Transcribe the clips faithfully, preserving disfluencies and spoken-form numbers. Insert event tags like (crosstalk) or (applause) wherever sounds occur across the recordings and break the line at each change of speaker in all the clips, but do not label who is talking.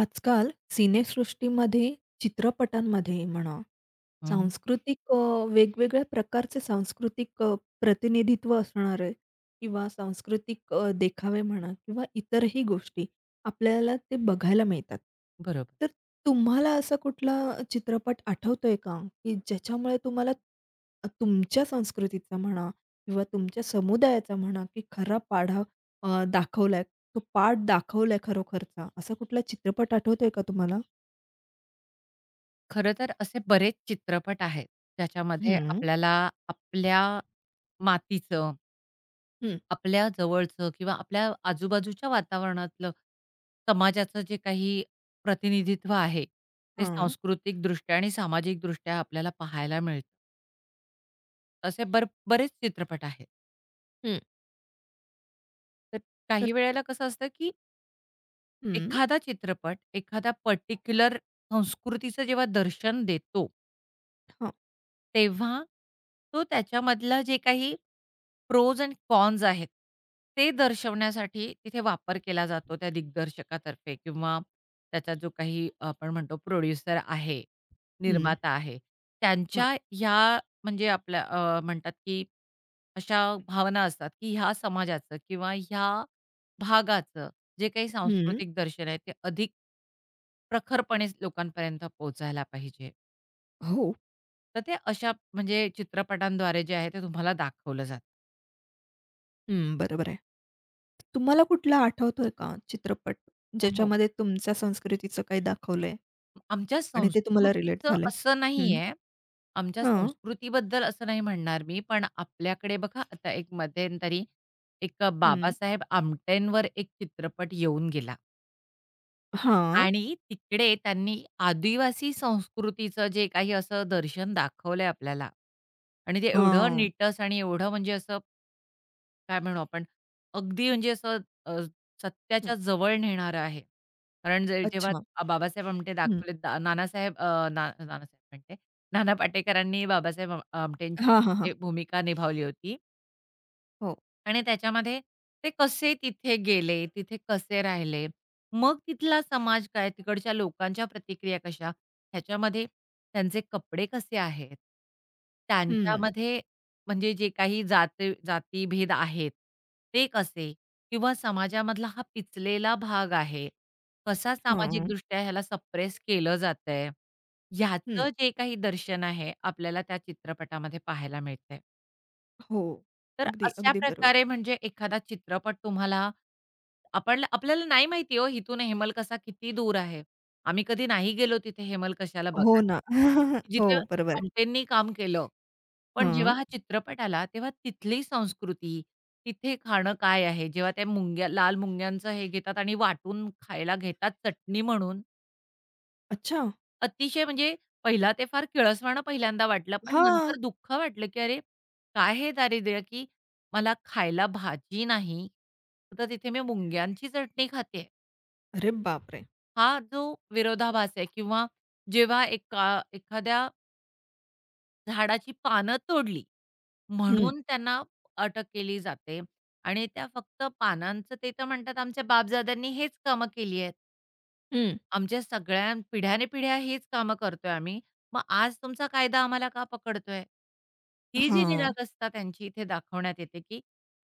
आजकाल सिनेसृष्टीमध्ये, चित्रपटांमध्ये म्हणा,
हं,
सांस्कृतिक अ, वेगवेगळ्या प्रकारचे सांस्कृतिक अ, प्रतिनिधित्व असणारे किंवा सांस्कृतिक अ, देखावे म्हणा किंवा इतरही गोष्टी आपल्याला ते बघायला मिळतात.
बरोबर.
तर तुम्हाला असा कुठला चित्रपट आठवतोय का? की ज्याच्यामुळे तुम्हाला तुमच्या संस्कृतीचा म्हणा किंवा तुमच्या समुदायाचा म्हणा की खरा पाढा अ, दाखवलाय. तो पार्ट दाखवलाय खरोखरचा. असा कुठला चित्रपट आठवतोय का तुम्हाला?
खरं तर असे बरेच चित्रपट आहेत, ज्याच्यामध्ये
हं.
आपल्याला आपल्या मातीचं,
हं.
आपल्या जवळचं किंवा आपल्या आजूबाजूच्या वातावरणातलं, समाजाचं जे काही प्रतिनिधित्व आहे, ते
हां.
सांस्कृतिकदृष्ट्या आणि सामाजिकदृष्ट्या आपल्याला पाहायला मिळतं. असे बर बरेच चित्रपट आहेत.
हं.
तर
तर
काही वेळेला कसं असतं, की
हं.
एखादा चित्रपट, एखादा पर्टिक्युलर संस्कृतीचं जेव्हा दर्शन देतो,
हां.
तेव्हा तो त्याच्यामधलं जे काही प्रोज एंड कॉन्स आहेत. ते दर्शवण्यासाठी तिथे वापर केला जातो त्या दिग्दर्शकातर्फे किंवा त्याचा जो काही आपण म्हणतो प्रोड्युसर आहे,
हं.
निर्माता आहे.
हां.
त्यांच्या ह्या म्हणजे आपल्या अ, म्हणतात की अशा भावना असतात की ह्या समाजाचं किंवा ह्या भागाचं जे काही
हं.
सांस्कृतिक दर्शन आहे ते अधिक प्रखरपणे लोकांपर्यंत पोहोचायला पाहिजे.
हो.
तर ते अशा म्हणजे चित्रपटांद्वारे जे आहे ते तुम्हाला दाखवलं जातं.
हं. बरोबर आहे. तुम्हाला कुठला आठवतोय का चित्रपट,
हो.
ज्याच्यामध्ये तुमच्या संस्कृतीचं काही दाखवलंय
आमच्या
आणि ते तुम्हाला रिलेट
संस्कृतीचं
झालंय?
असं
हं.
नाहीये. आमच्या
हां.
संस्कृतीबद्दल असं नाही म्हणणार मी, पण आपल्याकडे बघा आता एक मध्यंतरी एक अ,
हं.
बाबासाहेब आमटेंवर एक चित्रपट येऊन गेला
हां.
आणि तिकडे त्यांनी आदिवासी संस्कृतीचं जे काही असं दर्शन दाखवलंय आपल्याला आणि ते एवढं
हां.
नीटस आणि एवढं म्हणजे असं काय म्हणू आपण, अगदी म्हणजे असं अ,
हं.
सत्याच्या जवळ नेणारं आहे. कारण जे जेव्हा
अच्छा.
आ- बाबासाहेब आमटे
हं.
दाखवले दा नानासाहेब अ, ना नानासाहेब म्हणते, नाना पाटेकरांनी बाबासाहेब आम आमटेंची
हां, हां, हां.
तिथे भूमिका निभावली होती.
हो.
आणि त्याच्यामध्ये ते कसे तिथे गेले, तिथे कसे राहिले, मग तिथला समाज काय, तिकडच्या लोकांच्या प्रतिक्रिया कशा, ह्याच्यामध्ये त्यांचे कपडे कसे आहेत,
हं.
त्यांच्यामध्ये म्हणजे जे काही जाती जातीभेद आहेत, ते कसे किंवा समाजामधला हा पिचलेला भाग आहे, कसा
हां.
सामाजिकदृष्ट्या ह्याला सप्रेस केलं जातंय,
हं.
ह्याचं जे काही दर्शन आहे, आपल्याला त्या चित्रपटामध्ये पाहायला मिळतंय.
हो.
तर
अगदी,
अशा
अगदी बरोबर.
प्रकारे म्हणजे एखादा चित्रपट तुम्हाला आपण आपल्याला नाही माहिती हो इथून हेमलकसा किती दूर आहे. आम्ही कधी नाही गेलो तिथे हेमलकशाला
हो
बघायला.
ना. (laughs) हो,
जिथे
बरोबर आहे.
आमटेंनी काम केलं. पण जेव्हा
हां.
हा चित्रपट आला तेव्हा तिथली संस्कृती, तिथे खाणं काय आहे? जेव्हा त्या मुंग्या लाल मुंग्यांचं हे घेतात आणि वाटून खायला घेतात चटणी म्हणून.
अच्छा.
अतिशय म्हणजे पहिला ते फार किळसवाणं पहिल्यांदा वाटलं, पण
हां.
नंतर दुःख वाटलं, की अरे, काय हे दारिद्र्य, की मला खायला भाजी नाही, तर तिथे मी मुंग्यांची चटणी खाते.
अरे बापरे!
हा जो विरोधाभास आहे किंवा जेव्हा एका एखाद्या झाडाची पानं तोडली,
हं,
म्हणून त्यांना अटक केली जाते आणि त्या फक्त पानांचं ते तर म्हणतात आमच्या बापदाद्यांनी हेच कामं केली आहेत.
हं.
आमच्या सगळ्या पिढ्याने-पिढ्या हीच कामं करतोय आम्ही. मग आज तुमचा कायदा आम्हाला का पकडतोय? ही जी
हां.
निरागसता त्यांची इथे दाखवण्यात येते, की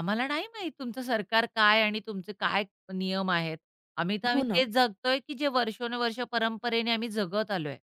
आम्हाला नाही माहीत तुमचं सरकार काय आणि तुमचे काय नियम आहेत. आम्ही तर
हो
आम्ही
ना.
तेच जगतोय, की जे वर्षोनवर्ष परंपरेने आम्ही जगत आलोय.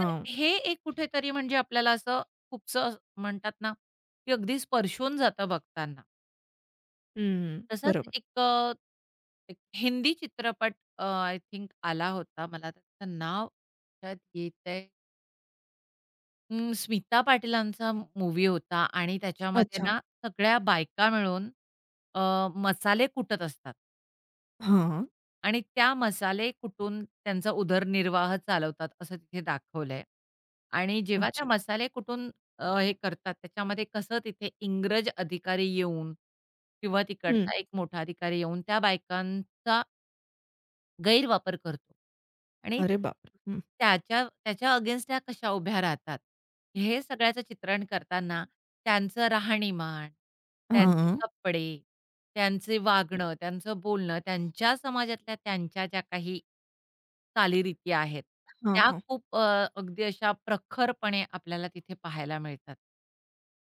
तर हे एक कुठेतरी म्हणजे आपल्याला असं खूपसं म्हणतात ना, की अगदी स्पर्शून जातं बघताना.
हं.
तसाच
बरोबर.
एक अ, एक हिंदी चित्रपट आय थिंक आला होता. मला त्याचं नाव लक्षात येतंय. अं, स्मिता पाटीलांचा मूव्ही होता आणि त्याच्यामध्ये
अच्छा.
ना सगळ्या बायका मिळून अ, मसाले कुटत असतात
हां.
आणि त्या मसाले कुटून त्यांचा उदरनिर्वाह चालवतात असं तिथे दाखवलंय. आणि जेव्हा त्या
अच्छा.
मसाले कुटून अ, हे करतात त्याच्यामध्ये कसं तिथे इंग्रज अधिकारी येऊन किंवा
हं.
तिकडचा एक मोठा अधिकारी येऊन त्या बायकांचा गैरवापर करतो आणि
अरे बापरे! हं.
त्याच्या त्याच्या अगेन्स्ट त्या कशा उभ्या राहतात. हे सगळ्याचं चित्रण करताना त्यांचं राहणीमान, त्यांचे
हां.
कपडे, त्यांचे वागणं, त्यांचं बोलणं, त्यांच्या समाजातल्या त्यांच्या ज्या काही चालीरीती आहेत,
हां,
त्या
हां.
खूप अ, अगदी अशा प्रखरपणे आपल्याला तिथे पाहायला मिळतात.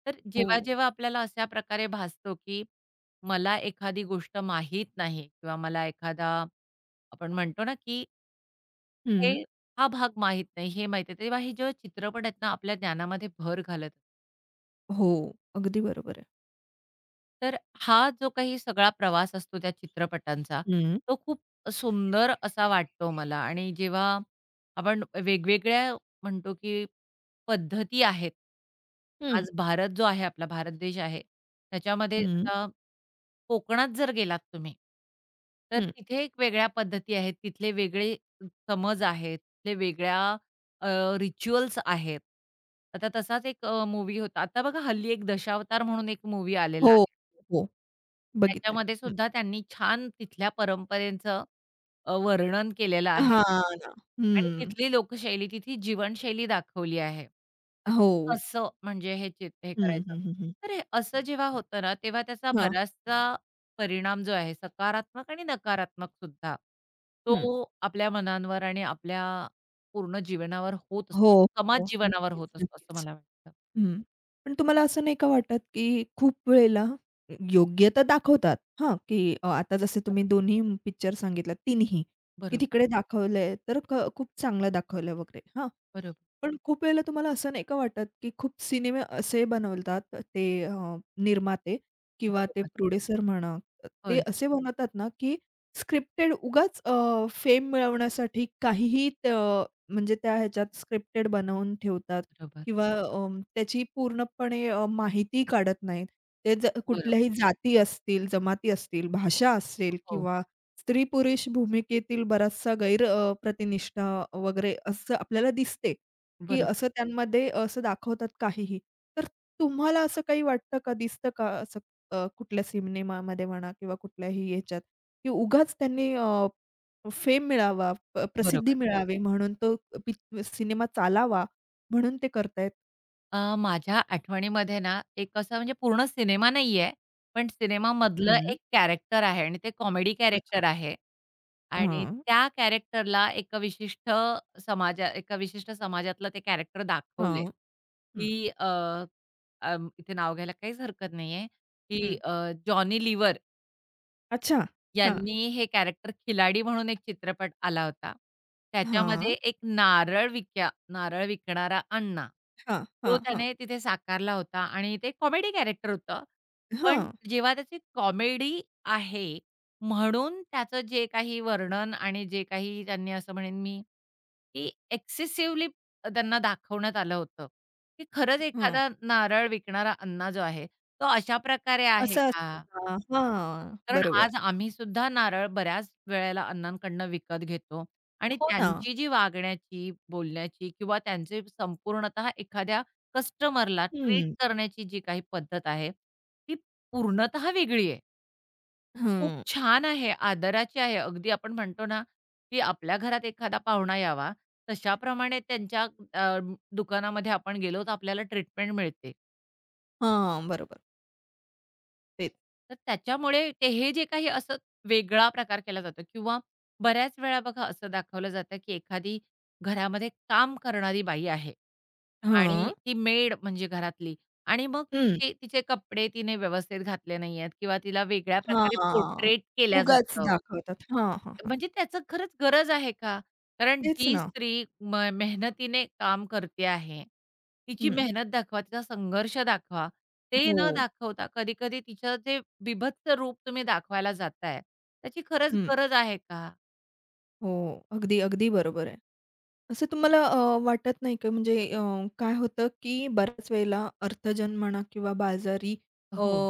तर
हो.
जेव्हा-जेव्हा आपल्याला अशा प्रकारे भासतो, की मला एखादी गोष्ट माहीत नाही किंवा मला एखादा आपण म्हणतो ना, की हे
हं.
हा भाग माहित नाही, हे माहित आहे. तेव्हा हे जेव्हा चित्रपट आहेत ना, आपल्या ज्ञानामध्ये भर घालत असतात.
हो. अगदी बरोबर आहे.
तर हा जो काही सगळा प्रवास असतो त्या चित्रपटांचा,
हं.
तो खूप सुंदर असा वाटतो मला आणि जेव्हा आपण वेगवेगळ्या म्हणतो, की पद्धती आहेत.
हं.
आज भारत जो आहे, आपला भारत देश आहे, त्याच्यामध्ये
हं.
आता कोकणात जर गेलात तुम्ही, तर
हं.
तिथे एक वेगळ्या पद्धती आहेत, तिथले वेगळे समज आहेत, तिथले वेगळ्या रिच्युअल्स आहेत. आता तसाच एक अ, होता. आता बघा हल्ली एक दशावतार म्हणून एक मूव्ही
हो,
आलेला
हो. बघितलंय.
त्याच्यामध्ये
हं.
सुद्धा त्यांनी छान तिथल्या परंपरेचं अ, वर्णन केलेलं आहे.
हां ना.
आणि
हं.
तिथली लोकशैली, तिथली जीवनशैली दाखवली आहे.
हो.
कसं म्हणजे हे चित हे
हं,
करायचं.
हं, हं, हं.
तर हे असं जेव्हा होतं ना, तेव्हा त्याचा
हां.
बराचसा परिणाम जो आहे सकारात्मक आणि नकारात्मक सुद्धा,
हं.
तो आपल्या मनांवर आणि आपल्या पूर्ण जीवनावर होत असतो.
हो,
समाज
हो.
जीवनावर
नक्कीच,
होत असतो असं
नक्कीच.
मला वाटतं.
हं. पण तुम्हाला असं नाही का वाटत, की खूप वेळेला योग्य तर दाखवतात हां, की अ, आता जसे तुम्ही दोन्ही पिक्चर सांगितलात, तिन्ही, की
बरोबर,
तिकडे दाखवलंय तर क खूप चांगलं दाखवलं वगैरे हां.
बरोबर,
पण खूप वेळेला तुम्हाला असं नाही का वाटत, की खूप सिनेमे असे बनवतात ते अ, निर्माते किंवा
बरोबर.
ते
बरोबर,
प्रोड्युसर म्हणा, ते
होय,
असे बनवतात ना, की स्क्रिप्टेड उगाच फेम मिळवण्यासाठी काहीही त म्हणजे त्या ह्याच्यात स्क्रिप्टेड बनवून ठेवतात
बरोबर,
किंवा अ, त्याची पूर्णपणे अ, माहिती काढत नाहीत. ते ज
बरोबर.
कुठल्याही जाती असतील, जमाती असतील, भाषा असेल
हो,
किंवा स्त्री-पुरुष भूमिकेतील बराचसा गैर अ, प्रतिनिष्ठा वगैरे असं आपल्याला दिसते. की
बरोबर.
असं त्यांमध्ये असं दाखवतात काहीही. तर तुम्हाला असं काही वाटतं का? दिसतं का असं अ, कुठल्या सिनेमामध्ये म्हणा किंवा कुठल्याही ह्याच्यात, की उगाच त्यांनी अ, फेम मिळावा, प प्रसिद्धी
बरोबर.
हो. मिळावी म्हणून तो पिक सिनेमा चालावा म्हणून ते करतायत?
अ, माझ्या आठवणीमध्ये ना, एक असा म्हणजे पूर्ण सिनेमा नाहीये, पण सिनेमामधलं
हं.
एक कॅरेक्टर आहे आणि ते कॉमेडी
अच्छा.
कॅरेक्टर आहे. आणि
हां,
त्या कॅरेक्टरला एका विशिष्ट समाजा एका विशिष्ट समाजातलं ते कॅरेक्टर दाखवलंय,
हां. हं,
की अ, अ, इथे नाव घ्यायला काहीच हरकत नाहीये, की
हं.
अ, जॉनी लिव्हर
अच्छा. हां,
यांनी हे कॅरेक्टर खिलाडी म्हणून एक चित्रपट आला होता.
हां,
त्याच्यामध्ये एक नारळ विक्या नारळ विकणारा अण्णा,
हां,
तो
हां, हां,
त्याने तिथे साकारला होता आणि ते कॉमेडी कॅरेक्टर होतं. पण
हां,
जेव्हा त्याची कॉमेडी आहे, म्हणून त्याचं जे काही वर्णन आणि जे काही त्यांनी असं म्हणेन मी, की एक्सेसिव्हली त्यांना दाखवण्यात आलं होतं, की खरंच
हां.
एखादा नारळ विकणारा अण्णा जो आहे, तो अशा प्रकारे आहे
असं असतं
का?
का? हां,
कारण
बरोबर.
आज आम्ही सुद्धा नारळ बऱ्याच वेळेला अण्णांकडनं विकत घेतो आणि
हो ना.
त्यांची जी वागण्याची, बोलण्याची किंवा त्यांचे संपूर्णतः एखाद्या कस्टमरला ट्रीट
हं,
करण्याची जी काही पद्धत आहे, ती पूर्णतः वेगळी आहे. खूप
हं.
छान आहे, आदराची आहे. अगदी आपण म्हणतो ना, की आपल्या घरात एखादा पाहुणा यावा, तशाप्रमाणे त्यांच्या अ, दुकानामध्ये आपण गेलो तर आपल्याला ट्रीटमेंट मिळते.
हां, बरोबर. तेच.
तर त्याच्यामुळे ते हे जे काही असं वेगळा प्रकार केला जातो किंवा बऱ्याच वेळा बघा असं दाखवलं जातं, की एखादी घरामध्ये काम करणारी बाई आहे आणि
हां.
ती मेड म्हणजे घरातली आणि मग
हं.
तिचे तिचे कपडे तिने व्यवस्थित घातले नाहीयेत किंवा तिला वेगळ्या प्रकारे
हां.
पोर्ट्रेट केल्या
उगाच
जातं.
दाखवतात. हां, हां, हां.
म्हणजे त्याचं खरंच गरज आहे का? कारण
तेच
जी
ना.
स्त्री म मेहनतीने काम करते आहे, तिची
हं.
मेहनत दाखवा, तिचा संघर्ष दाखवा. ते
हो.
न दाखवता कधी-कधी तिचं जे बीभत्स रूप तुम्ही दाखवायला जाताय, त्याची खरंच
हं.
गरज आहे का?
हो. अगदी, अगदी बरोबर आहे. असं तुम्हाला अ, वाटत नाही का? म्हणजे अ, काय होतं, की बऱ्याच वेळेला अर्थजन म्हणा किंवा बाजारी अ,
हो,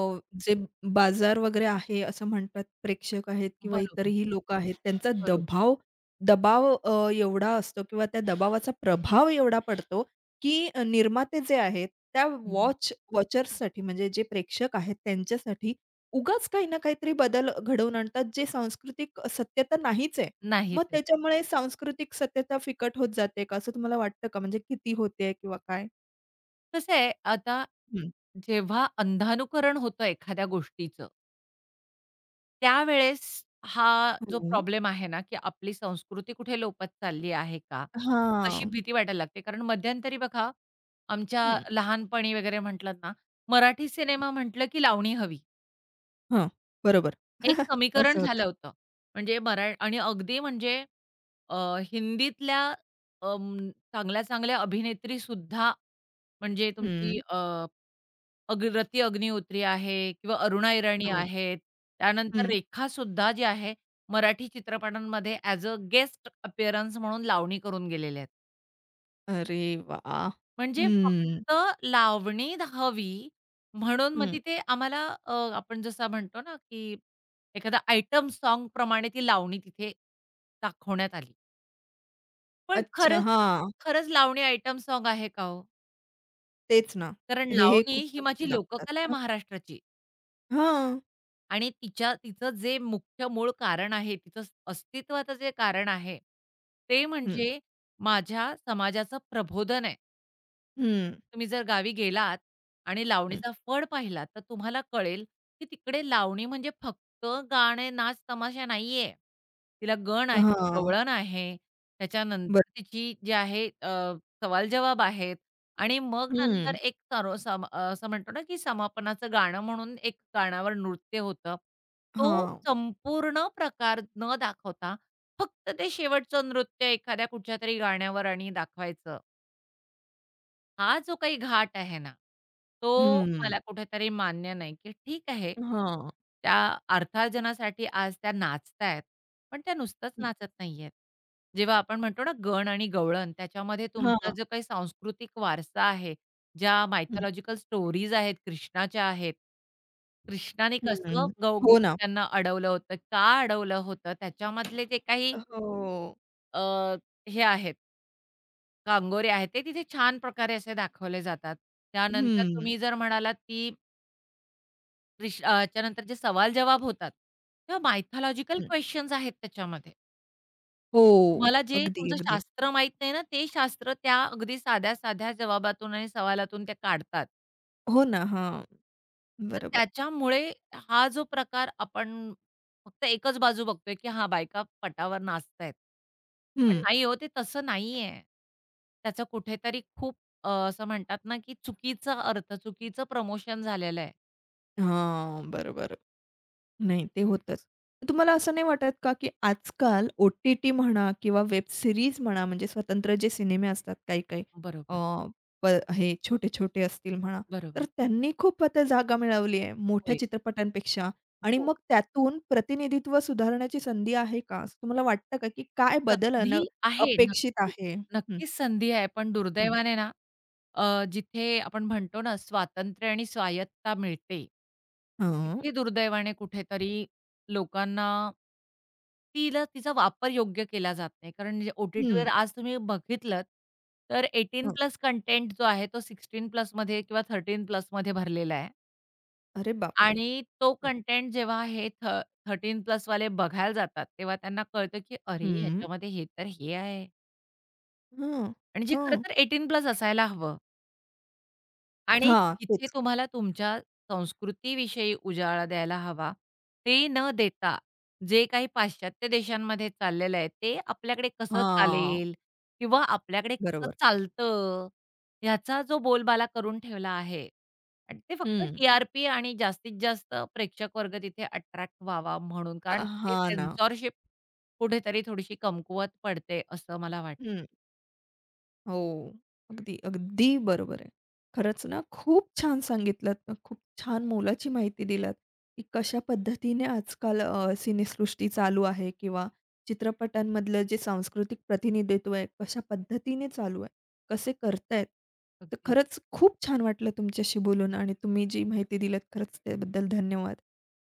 जे बाजार वगैरे आहे असं म्हणतात, प्रेक्षक आहेत किंवा
बरोबर,
इतरही लोकं आहेत, त्यांचा
बरोबर.
दबाव दबाव अ, एवढा असतो किंवा त्या दबावाचा प्रभाव एवढा पडतो, की अ, निर्माते जे आहेत, त्या
हं, हं.
वॉच वॉचर्ससाठी म्हणजे जे प्रेक्षक आहेत त्यांच्यासाठी उगाच काही ना काहीतरी बदल घडवून आणतात, जे सांस्कृतिक सत्य नाहीच आहे. मग
नाहीच आहेत.
त्याच्यामुळे सांस्कृतिक सत्यता फिकट होत जाते का, असं तुम्हाला वाटतं का? म्हणजे किती होते किंवा काय?
कसं आहे, आता
हं.
जेव्हा अंधानुकरण होतं एखाद्या गोष्टीचं त्यावेळेस हा जो
हो.
प्रॉब्लेम आहे ना, की आपली संस्कृती कुठे लोपत चालली आहे का? अशी
हां.
भीती वाटायला लागते. कारण मध्यंतरी बघा, आमच्या
हं.
लहानपणी वगैरे म्हटलं ना, मराठी सिनेमा म्हटलं की लावणी हवी.
हं. बरोबर.
हे एक
(laughs)
समीकरण
असं होतं.
झालं होतं. म्हणजे मरा आणि अगदी म्हणजे अ, हिंदीतल्या अं, चांगल्या-चांगल्या अभिनेत्रीसुद्धा म्हणजे तुमची
हं.
अ अगरती अग्निहोत्री आहे किंवा अरुणा इराणी हं.
हो.
आहेत. त्यानंतर
हं.
रेखासुद्धा जी आहे, मराठी चित्रपटांमध्ये ॲज अ गेस्ट अपीअरन्स म्हणून लावणी करून गेलेले आहेत.
अरे वाह!
म्हणजे
हं.
फक्त लावणी ध- हवी म्हणून मग
हं.
तिथे आम्हाला अ, आपण जसं म्हणतो ना, की एखादा आयटम सॉन्गप्रमाणे ती लावणी तिथे दाखवण्यात आली. पण
अच्छा.
खरंच,
हां.
खरंच लावणी आयटम सॉन्ग आहे का हो?
तेच ना.
कारण
हे, हे
लावणी
खूप
ही
चुकीचं
माझी
दाखवतात
लोककला आहे
ना.
महाराष्ट्राची.
हां.
आणि तिच्या तिचं जे मुख्य मूळ कारण आहे, तिचं स- अस्तित्वाचं जे कारण आहे, ते
हं.
म्हणजे माझ्या समाजाचं प्रबोधन आहे.
हं.
तुम्ही जर गावी गेलात आणि
हं.
लावणीचा फड पाहिलात, तर तुम्हाला कळेल की तिकडे लावणी म्हणजे फक्त गाणे, नाच, तमाशा नाहीये. तिला गण आहे,
हां.
गवळण आहे, त्याच्यानंतर
बरं.
तिची जी आहे अ, सवाल-जवाब आहेत आणि मग नंतर
हं.
एक सर्व सम अ, असं म्हणतो ना, की समापनाचं गाणं म्हणून एक गाण्यावर नृत्य होतं. तो
हां.
संपूर्ण प्रकार न दाखवता फक्त ते शेवटचं नृत्य एखाद्या कुठच्यातरी गाण्यावर आणि दाखवायचं. हा जो काही घाट आहे ना, तो
हं.
मला कुठेतरी मान्य नाही, की ठीक आहे,
हां.
त्या अर्थार्जनासाठी आज त्या नाचतायत, पण त्या नुसतंच
हं.
नाचत नाहीयेत. जेव्हा आपण म्हणतो ना गण आणि गवळण, त्याच्यामध्ये तुमचा
हां.
जो काही सांस्कृतिक वारसा आहे, ज्या
हं.
मायथॉलॉजिकल स्टोरीज आहेत, कृष्णाच्या आहेत. कृष्णाने
हं.
कसं गौ
हो ना.
गोपिकांना अडवलं होतं, का अडवलं होतं? त्याच्यामधले जे काही
हो.
अ, हे आहेत गांगोरे आहेत ते तिथे छान प्रकारे असे दाखवले जातात. त्यानंतर
हं,
तुम्ही जर म्हणालात, की रिश अ, त्याच्यानंतर जे सवाल-जवाब होतात किंवा मायथॉलॉजिकल
हं.
क्वेशन्स आहेत त्याच्यामध्ये.
हो.
तुम्हाला जे
अगदी,
तुमचं
अगदी.
शास्त्र माहीत नाही ना, ते शास्त्र त्या अगदी साध्या-साध्या जवाबातून आणि सवालातून ते काढतात.
हो ना. हां.
तर
बरोबर.
त्याच्यामुळे हा जो प्रकार आपण फक्त एकच बाजू बघतोय, की हां, बायका पटावर नाचतायत. पण
हं.
नाही हो, ते तसं नाहीये. त्याचा कुठेतरी खूप अ, असं म्हणतात ना, की चुकीचा अर्थ, चुकीचं प्रमोशन झालेलं आहे.
हां. बरोबर. नाही ते होतंच. तुम्हाला असं नाही वाटत का, की आजकाल ओ-टी-टी म्हणा किंवा वेब सीरीज म्हणा, म्हणजे स्वतंत्र जे सिनेमे असतात काही-काही अ,
बरोबर,
प हे छोटे-छोटे असतील म्हणा, तर
बरोबर.
त्यांनी खूप आता जागा मिळवली आहे मोठ्या
होय,
चित्रपटांपेक्षा आणि
हो.
मग त्यातून प्रतिनिधित्व सुधारण्याची संधी आहे का? असं तुम्हाला वाटतं का, की काय बदल अन
संधी आहे.
अपेक्षित
नक्कीच.
आहे? हं,
नक्कीच संधी आहे. पण
हं.
दुर्दैवाने ना, अ, जिथे आपण म्हणतो ना, स्वातंत्र्य आणि स्वायत्ता मिळते,
हां.
तिथे दुर्दैवाने कुठेतरी लोकांना तिला तिचा वापर योग्य केला जात नाही. कारण जे ओ-टी-टीवर
हं.
आज तुम्ही बघितलत, तर
हं.
अठरा प्लस कंटेंट जो आहे, तो सोळा प्लस मध्ये किंवा तेरा प्लस मध्ये भरलेला आहे.
अरे बापरे!
आणि तो
हं.
कंटेंट जेव्हा हे थ थर्टीन प्लस वाले बघायला जातात, तेव्हा त्यांना कळतं की अरे,
हं.
ह्याच्यामध्ये हे तर हे आहे
हं,
आणि जे खरं
हं.
तर अठरा प्लस असायला हवं. आणि
हां,
जिथे
तेच.
तुम्हाला तुमच्या संस्कृतीविषयी उजाळा द्यायला हवा, ते न देता जे काही पाश्चात्य देशांमध्ये चाललेलं आहे, ते आपल्याकडे कसं
हां,
चालेल किंवा आपल्याकडे कसं
बरोबर.
चालतं, ह्याचा जो बोलबाला करून ठेवला आहे आणि ते फक्त
हं.
टी आर पी आणि जास्तीत जास्त प्रेक्षक वर्ग तिथे अट्रॅक्ट व्हावा म्हणून. कारण
अ,
तिथे
हां ना.
सेन्सॉरशिप कुठेतरी थोडीशी कमकुवत पडते, असं मला
हं. हो. अगदी, अगदी बरोबर आहे. खरंच ना, खूप छान सांगितलत. खूप छान मोलाची माहिती दिलात, की कशा पद्धतीने आजकाल अ, सिनेसृष्टी चालू आहे किंवा चित्रपटांमधलं जे सांस्कृतिक प्रतिनिधित्व आहे, कशा पद्धतीने चालू आहे, कसे करतायत. तर
वाटतं.
खरंच खूप छान वाटलं तुमच्याशी बोलून आणि तुम्ही जी माहिती दिलीत, खरंच त्याबद्दल धन्यवाद.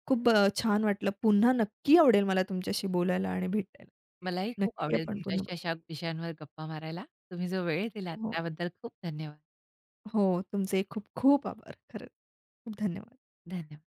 खूप अ, छान वाटलं. पुन्हा नक्की आवडेल मला तुमच्याशी बोलायला आणि भेटायला.
मलाही खूप
नक्की
आवडेल
आपण पुन्हा
तुमच्याशी
बोलू.
अशा विषयांवर गप्पा मारायला. तुम्ही जो वेळ दिलात
हो.
त्याबद्दल खूप धन्यवाद.
हो, तुमचे खूप खूप आभार. खरंच खूप धन्यवाद.
धन्यवाद.